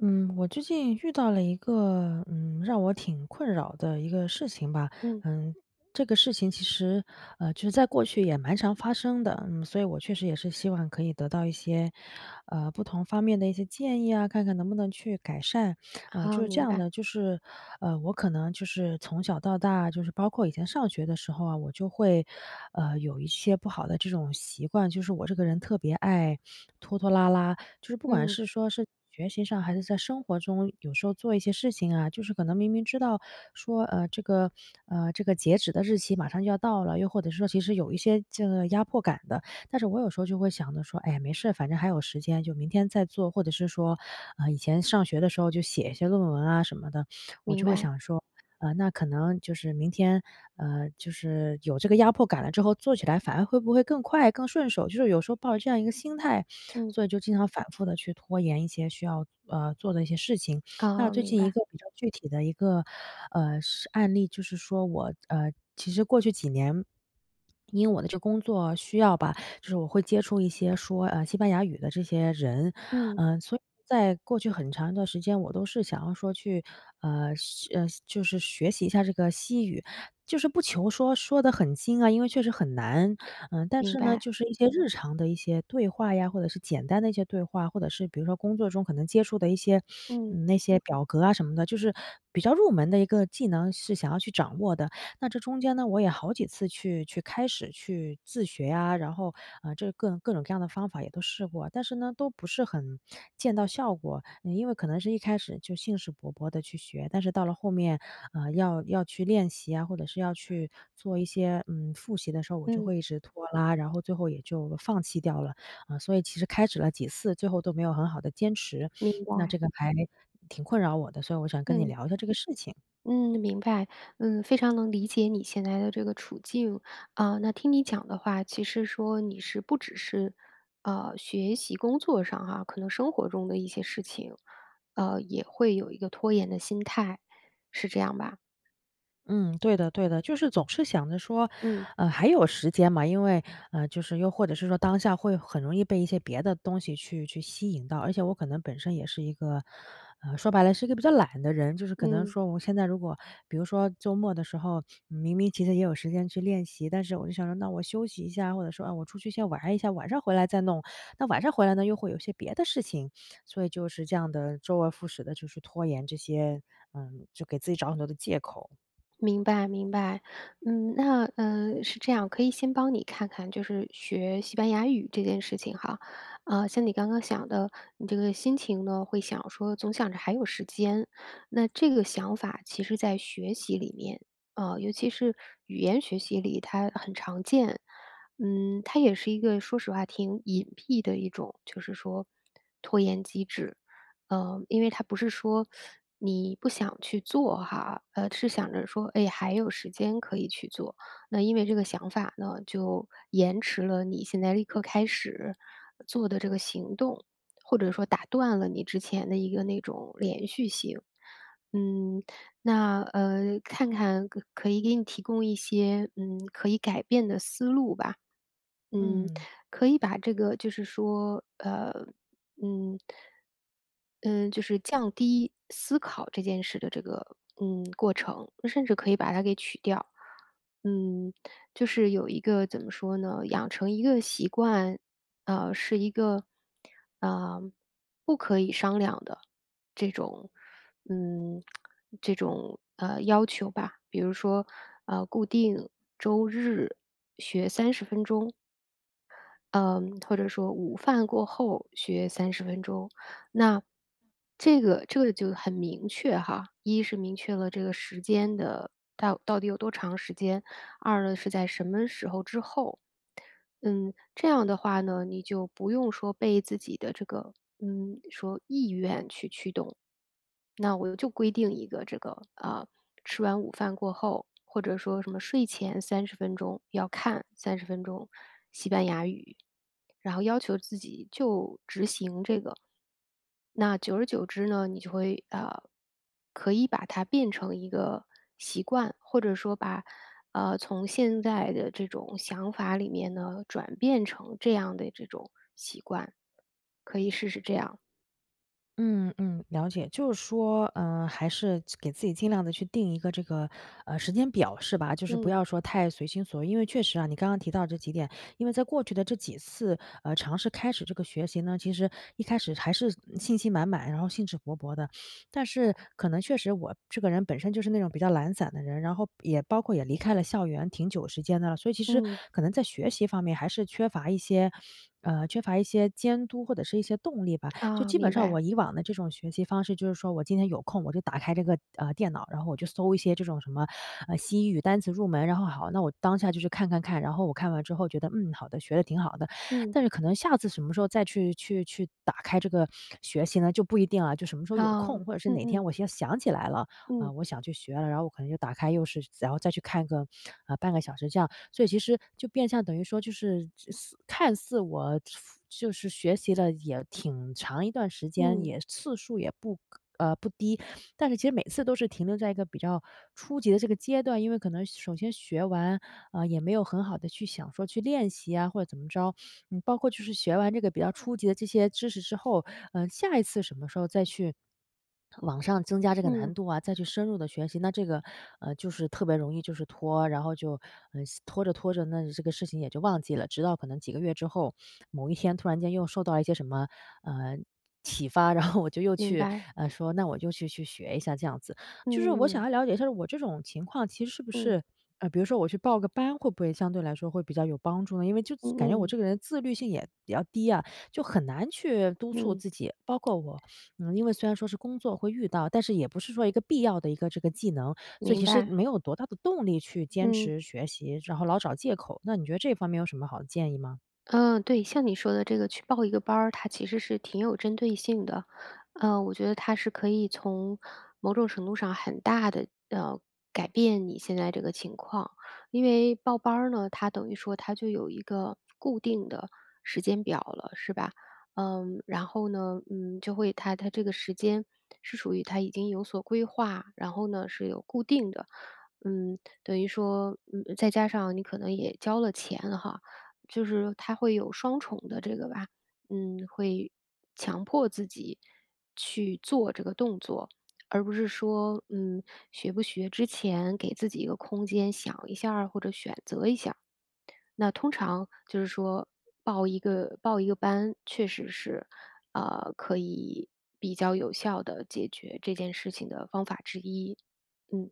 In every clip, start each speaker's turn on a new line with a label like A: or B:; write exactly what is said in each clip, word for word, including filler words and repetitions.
A: 嗯，我最近遇到了一个，嗯，让我挺困扰的一个事情吧。
B: 嗯，
A: 嗯，这个事情其实，呃，就是在过去也蛮常发生的。嗯，所以我确实也是希望可以得到一些，呃，不同方面的一些建议啊，看看能不能去改善。呃，就
B: 好，
A: 是这
B: 明
A: 样的，
B: 白。
A: 就是，呃，我可能就是从小到大，就是包括以前上学的时候啊，我就会，呃，有一些不好的这种习惯，就是我这个人特别爱拖拖拉拉。就是不管
B: 嗯，
A: 是说是学习上还是在生活中，有时候做一些事情啊，就是可能明明知道说，呃，这个呃，这个截止的日期马上就要到了，又或者是说其实有一些这个压迫感的，但是我有时候就会想着说，哎呀，没事，反正还有时间，就明天再做，或者是说，呃，以前上学的时候就写一些论文啊什么的，我
B: 明
A: 就会
B: 白。
A: 想说。呃，那可能就是明天，呃，就是有这个压迫感了之后，做起来反而会不会更快、更顺手？就是有时候抱着这样一个心态，
B: 嗯，
A: 所以就经常反复的去拖延一些需要呃，做的一些事情。那
B: 哦，
A: 最
B: 明
A: 近一
B: 白。
A: 个比较具体的一个，呃，案例就是说我呃，其实过去几年，因为我的这工作需要吧，就是我会接触一些说，呃，西班牙语的这些人。
B: 嗯，
A: 嗯，所以在过去很长一段时间，我都是想要说去，呃，呃，就是学习一下这个西语。就是不求说说得很精啊，因为确实很难。嗯，但
B: 明
A: 是呢，
B: 白。
A: 就是一些日常的一些对话呀，或者是简单的一些对话，或者是比如说工作中可能接触的一些，
B: 嗯，
A: 嗯，那些表格啊什么的，就是比较入门的一个技能是想要去掌握的。那这中间呢，我也好几次去去开始去自学啊，然后，呃，这各各种各样的方法也都试过，但是呢，都不是很见到效果。嗯，因为可能是一开始就兴致勃勃的去学，但是到了后面，呃，要要去练习啊，或者是要去做一些，嗯，复习的时候，我就
B: 嗯，
A: 会一直拖拉，然后最后也就放弃掉了。啊，所以其实开始了几次，最后都没有很好的坚持，
B: 明
A: 那这
B: 白。
A: 个还挺困扰我的，所以我想跟你
B: 嗯，
A: 聊一下这个事情。
B: 嗯，明白。嗯，非常能理解你现在的这个处境。啊，那听你讲的话，其实说你是不只是，呃，学习工作上哈，可能生活中的一些事情，呃，也会有一个拖延的心态，是这样吧？
A: 嗯，对的对的，就是总是想着说，
B: 嗯，
A: 呃，还有时间嘛，因为，呃，就是又或者是说当下会很容易被一些别的东西去去吸引到，而且我可能本身也是一个，呃，说白了是一个比较懒的人，就是可能
B: 嗯。
A: 说我现在如果比如说周末的时候，明明其实也有时间去练习，但是我就想说，那我休息一下，或者说啊，我出去先玩一下，晚上回来再弄。那晚上回来呢，又会有些别的事情，所以就是这样的周而复始的，就是拖延这些，嗯，就给自己找很多的借口。
B: 明白明白，嗯，那呃是这样，可以先帮你看看，就是学西班牙语这件事情哈，呃，像你刚刚想的，你这个心情呢，会想说总想着还有时间，那这个想法其实在学习里面，呃，尤其是语言学习里，它很常见，嗯，它也是一个说实话挺隐蔽的一种，就是说拖延机制，呃，因为他不是说你不想去做哈，呃，是想着说，哎，还有时间可以去做。那因为这个想法呢，就延迟了你现在立刻开始做的这个行动，或者说打断了你之前的一个那种连续性。嗯，那呃，看看可可以给你提供一些嗯可以改变的思路吧。嗯，
A: 嗯
B: 可以把这个就是说，呃，嗯，嗯，就是降低思考这件事的这个嗯过程，甚至可以把它给取掉。嗯，就是有一个怎么说呢，养成一个习惯，呃，是一个呃不可以商量的这种嗯这种呃要求吧，比如说呃固定周日嗯，或者说午饭过后学三十分钟。那这个这个就很明确哈，一是明确了这个时间的到到底有多长时间，二呢是在什么时候之后。嗯，这样的话呢，你就不用说被自己的这个，嗯，说意愿去驱动。那我就规定一个这个，啊，呃吃完午饭过后，或者说什么睡前三十分钟要看三十分钟西班牙语，然后要求自己就执行这个。那久而久之呢，你就会呃，可以把它变成一个习惯，或者说把呃从现在的这种想法里面呢，转变成这样的这种习惯，可以试试这样。
A: 嗯嗯，了解，就是说，嗯、还是给自己尽量的去定一个这个呃时间表，是吧？就是不
B: 嗯
A: 要说太随心所欲，因为确实啊，你刚刚提到这几点，因为在过去的这几次呃尝试开始这个学习呢，其实一开始还是嗯信心满满，然后兴致勃勃的，但是可能确实我这个人本身就是那种比较懒散的人，然后也包括也离开了校园挺久时间的了，所以其实
B: 嗯
A: 可能在学习方面还是缺乏一些。呃，缺乏一些监督或者是一些动力吧，就
B: 啊，
A: 基本
B: 明
A: 上
B: 白。
A: 我以往的这种学习方式，就是说我今天有空，我就打开这个呃电脑，然后我就搜一些这种什么呃西语单词入门，然后好，那我当下就去看看看，然后我看完之后觉得嗯好的，学的挺好的，
B: 嗯
A: 但是可能下次什么时候再去去去打开这个学习呢，就不一定啊，就什么时候有
B: 啊，
A: 空，或者是
B: 嗯
A: 哪天
B: 嗯
A: 我先想起来了，啊、
B: 嗯
A: 我想去学了，然后我可能就打开又是，然后再去看个啊、半个小时这样，所以其实就变相等于说就是似看似我就是学习了也挺长一段时间，
B: 嗯
A: 也次数也不呃不低，但是其实每次都是停留在一个比较初级的这个阶段，因为可能首先学完啊、呃也没有很好的去想说去练习啊或者怎么着。嗯，包括就是学完这个比较初级的这些知识之后，嗯、下一次什么时候再去网上增加这个难
B: 嗯，
A: 度啊，再去深入的学习，那这个，呃，就是特别容易就是拖，然后就，嗯，呃拖着拖着，那这个事情也就忘记了。直到可能几个月之后，某一天突然间又受到一些什么，呃，启发，然后我就又
B: 明
A: 去，
B: 白。
A: 呃，说那我就去去学一下这样子。就是我想
B: 嗯
A: 要了解一下我这种情况其实是不
B: 嗯
A: 是，呃，比如说我去报个班，会不会相对来说会比较有帮助呢？因为就
B: 嗯
A: 感觉我
B: 嗯
A: 这个人自律性也比较低啊，就很难去督促
B: 嗯，
A: 自己。包括我嗯，因为虽然说是工作会遇到，但是也不是说一个必要的一个这个技能，所以
B: 明
A: 其实
B: 白。
A: 没有多大的动力去坚
B: 嗯。
A: 持学习，然后老找借口。那你觉得这方面有什么好的建议吗？
B: 嗯，呃对，像你说的这个去报一个班儿，它其实是挺有针对性的。嗯，我觉得它是可以从某种程度上很大的呃改变你现在这个情况，因为报班儿呢，它等于说它就有一个固定的时间表了，是吧？嗯，然后呢，嗯，就会它它这个时间是属于它已经有所规划，然后呢是有固定的，嗯，等于说，嗯，再加上你可能也交了钱哈，就是它会有双重的这个吧，嗯，会强迫自己去做这个动作，而不是说，嗯，学不学之前给自己一个空间想一下儿或者选择一下儿那通常就是说报一个报一个班，确实是，呃，可以比较有效的解决这件事情的方法之一。嗯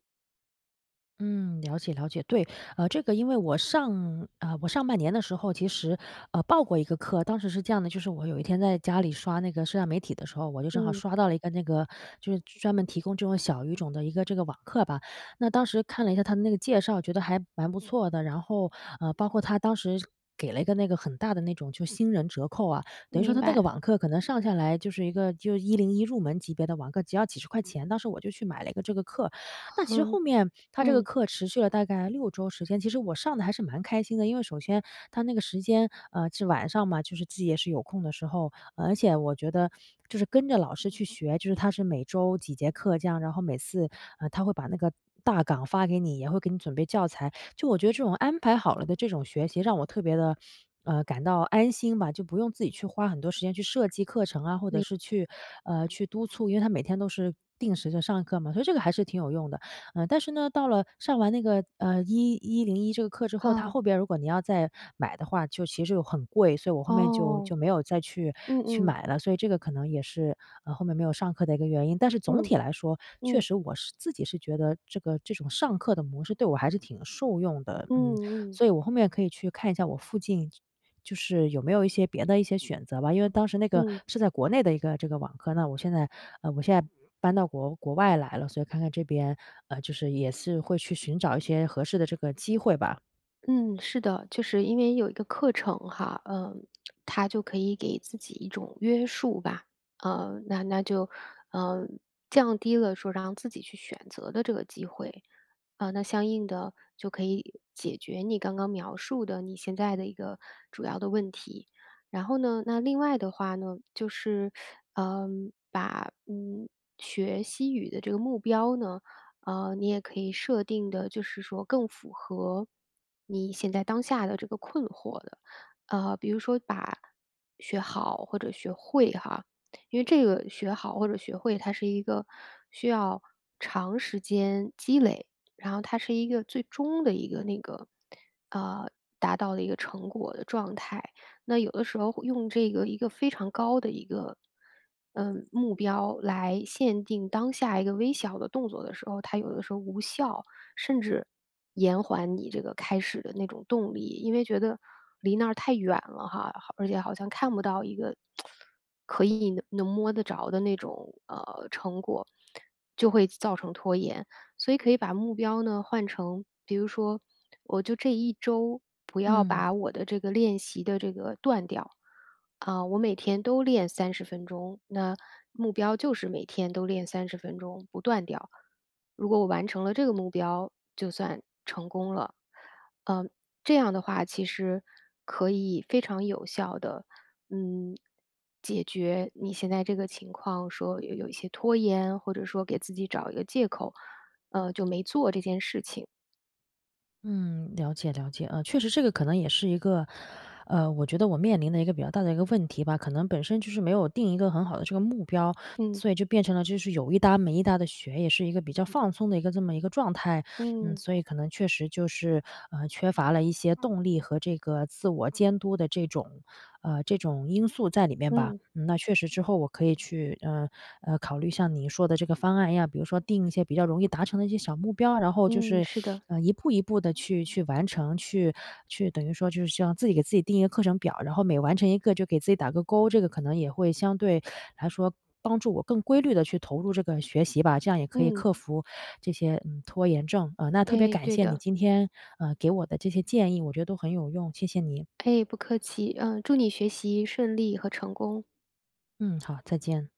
A: 嗯，了解了解。对，呃，这个因为我上呃，我上半年的时候其实，呃，报过一个课，当时是这样的，就是我有一天在家里刷那个社交媒体的时候，我就正好
B: 嗯，
A: 刷到了一个那个就是专门提供这种小语种的一个这个网课吧。那当时看了一下他的那个介绍，觉得还蛮不错的，然后，呃，包括他当时给了一个那个很大的那种就新人折扣啊，等于说
B: 明
A: 他那个
B: 白，
A: 网课可能上下来就是一个就一零一入门级别的网课，只要几十块钱，当时我就去买了一个这个课。那其实
B: 嗯
A: 后面他这个
B: 嗯，
A: 课持续了大概六周时间，其实我上的还是蛮开心的。因为首先他那个时间，呃，是晚上嘛，就是自己也是有空的时候，呃而且我觉得就是跟着老师去学，就是他是每周几节课这样，然后每次，呃，他会把那个大纲发给你，也会给你准备教材。就我觉得这种安排好了的这种学习让我特别的呃，感到安心吧，就不用自己去花很多时间去设计课程啊，或者是
B: 明
A: 去，呃，去督促，因为他每天都是定时的上课嘛，所以这个还是挺有用的。嗯，但是呢，到了上完那个，呃一一零一这个课之后，它
B: 哦
A: 后边如果你要再买的话，就其实又很贵，所以我后面就
B: 哦，
A: 就没有再去
B: 嗯
A: 去
B: 嗯
A: 买了，所以这个可能也是，呃，后面没有上课的一个原因。但是总
B: 嗯。
A: 体来说，确
B: 嗯
A: 实我是自己是觉得这个这种上课的模式对我还是挺受用的。
B: 嗯
A: 嗯，
B: 嗯
A: 所以我后面可以去看一下我附近就是有没有一些别的一些选择吧，因为当时那个
B: 嗯
A: 是在国内的一个这个网课，那我现在呃，我现在搬到国国外来了，所以看看这边，呃，就是也是会去寻找一些合适的这个机会吧。
B: 嗯，是的，就是因为有一个课程哈，嗯，他就可以给自己一种约束吧，呃，那那就，呃，降低了说让自己去选择的这个机会，啊，那相应的就可以解决你刚刚描述的你现在的一个主要的问题。然后呢，那另外的话呢，就是，嗯，把嗯学西语的这个目标呢。呃，你也可以设定的，就是说更符合你现在当下的这个困惑的。呃，比如说把学好或者学会哈，因为这个学好或者学会，它是一个需要长时间积累，然后它是一个最终的一个那个呃达到的一个成果的状态。那有的时候会用这个一个非常高的一个，嗯，目标来限定当下一个微小的动作的时候，它有的时候无效，甚至延缓你这个开始的那种动力，因为觉得离那儿太远了哈，好而且好像看不到一个可以能能摸得着的那种呃成果，就会造成拖延。所以可以把目标呢换成，比如说，我就这一周不要
A: 嗯，
B: 把我的这个练习的这个断掉，啊，我每天都练三十分钟，那目标就是每天都练三十分钟，不断掉。如果我完成了这个目标，就算成功了。嗯、这样的话，其实可以非常有效的，嗯，解决你现在这个情况，说有有一些拖延，或者说给自己找一个借口，呃，就没做这件事情。
A: 嗯，了解了解，呃，确实这个可能也是一个，呃，我觉得我面临的一个比较大的一个问题吧，可能本身就是没有定一个很好的这个目标，
B: 嗯，
A: 所以就变成了就是有一搭没一搭的学，也是一个比较放松的一个这么一个状态，嗯，
B: 嗯，
A: 所以可能确实就是，呃，缺乏了一些动力和这个自我监督的这种呃，这种因素在里面吧。
B: 嗯，
A: 嗯，那确实之后我可以去，呃，呃，考虑像你说的这个方案一样，比如说定一些比较容易达成的一些小目标，然后就
B: 嗯，
A: 是，
B: 是的，
A: 呃，一步一步的去去完成，去去等于说就是像自己给自己定一个课程表，然后每完成一个就给自己打个勾，这个可能也会相对来说帮助我更规律的去投入这个学习吧，这样也可以
B: 嗯，
A: 克服这些，嗯，拖延症。呃，那特别
B: 哎，
A: 感
B: 对
A: 谢你
B: 的，
A: 今天，呃，给我的这些建议，我觉得都很有用，谢谢你。
B: 哎，不客气，嗯，祝你学习顺利和成功。
A: 嗯，好，再见。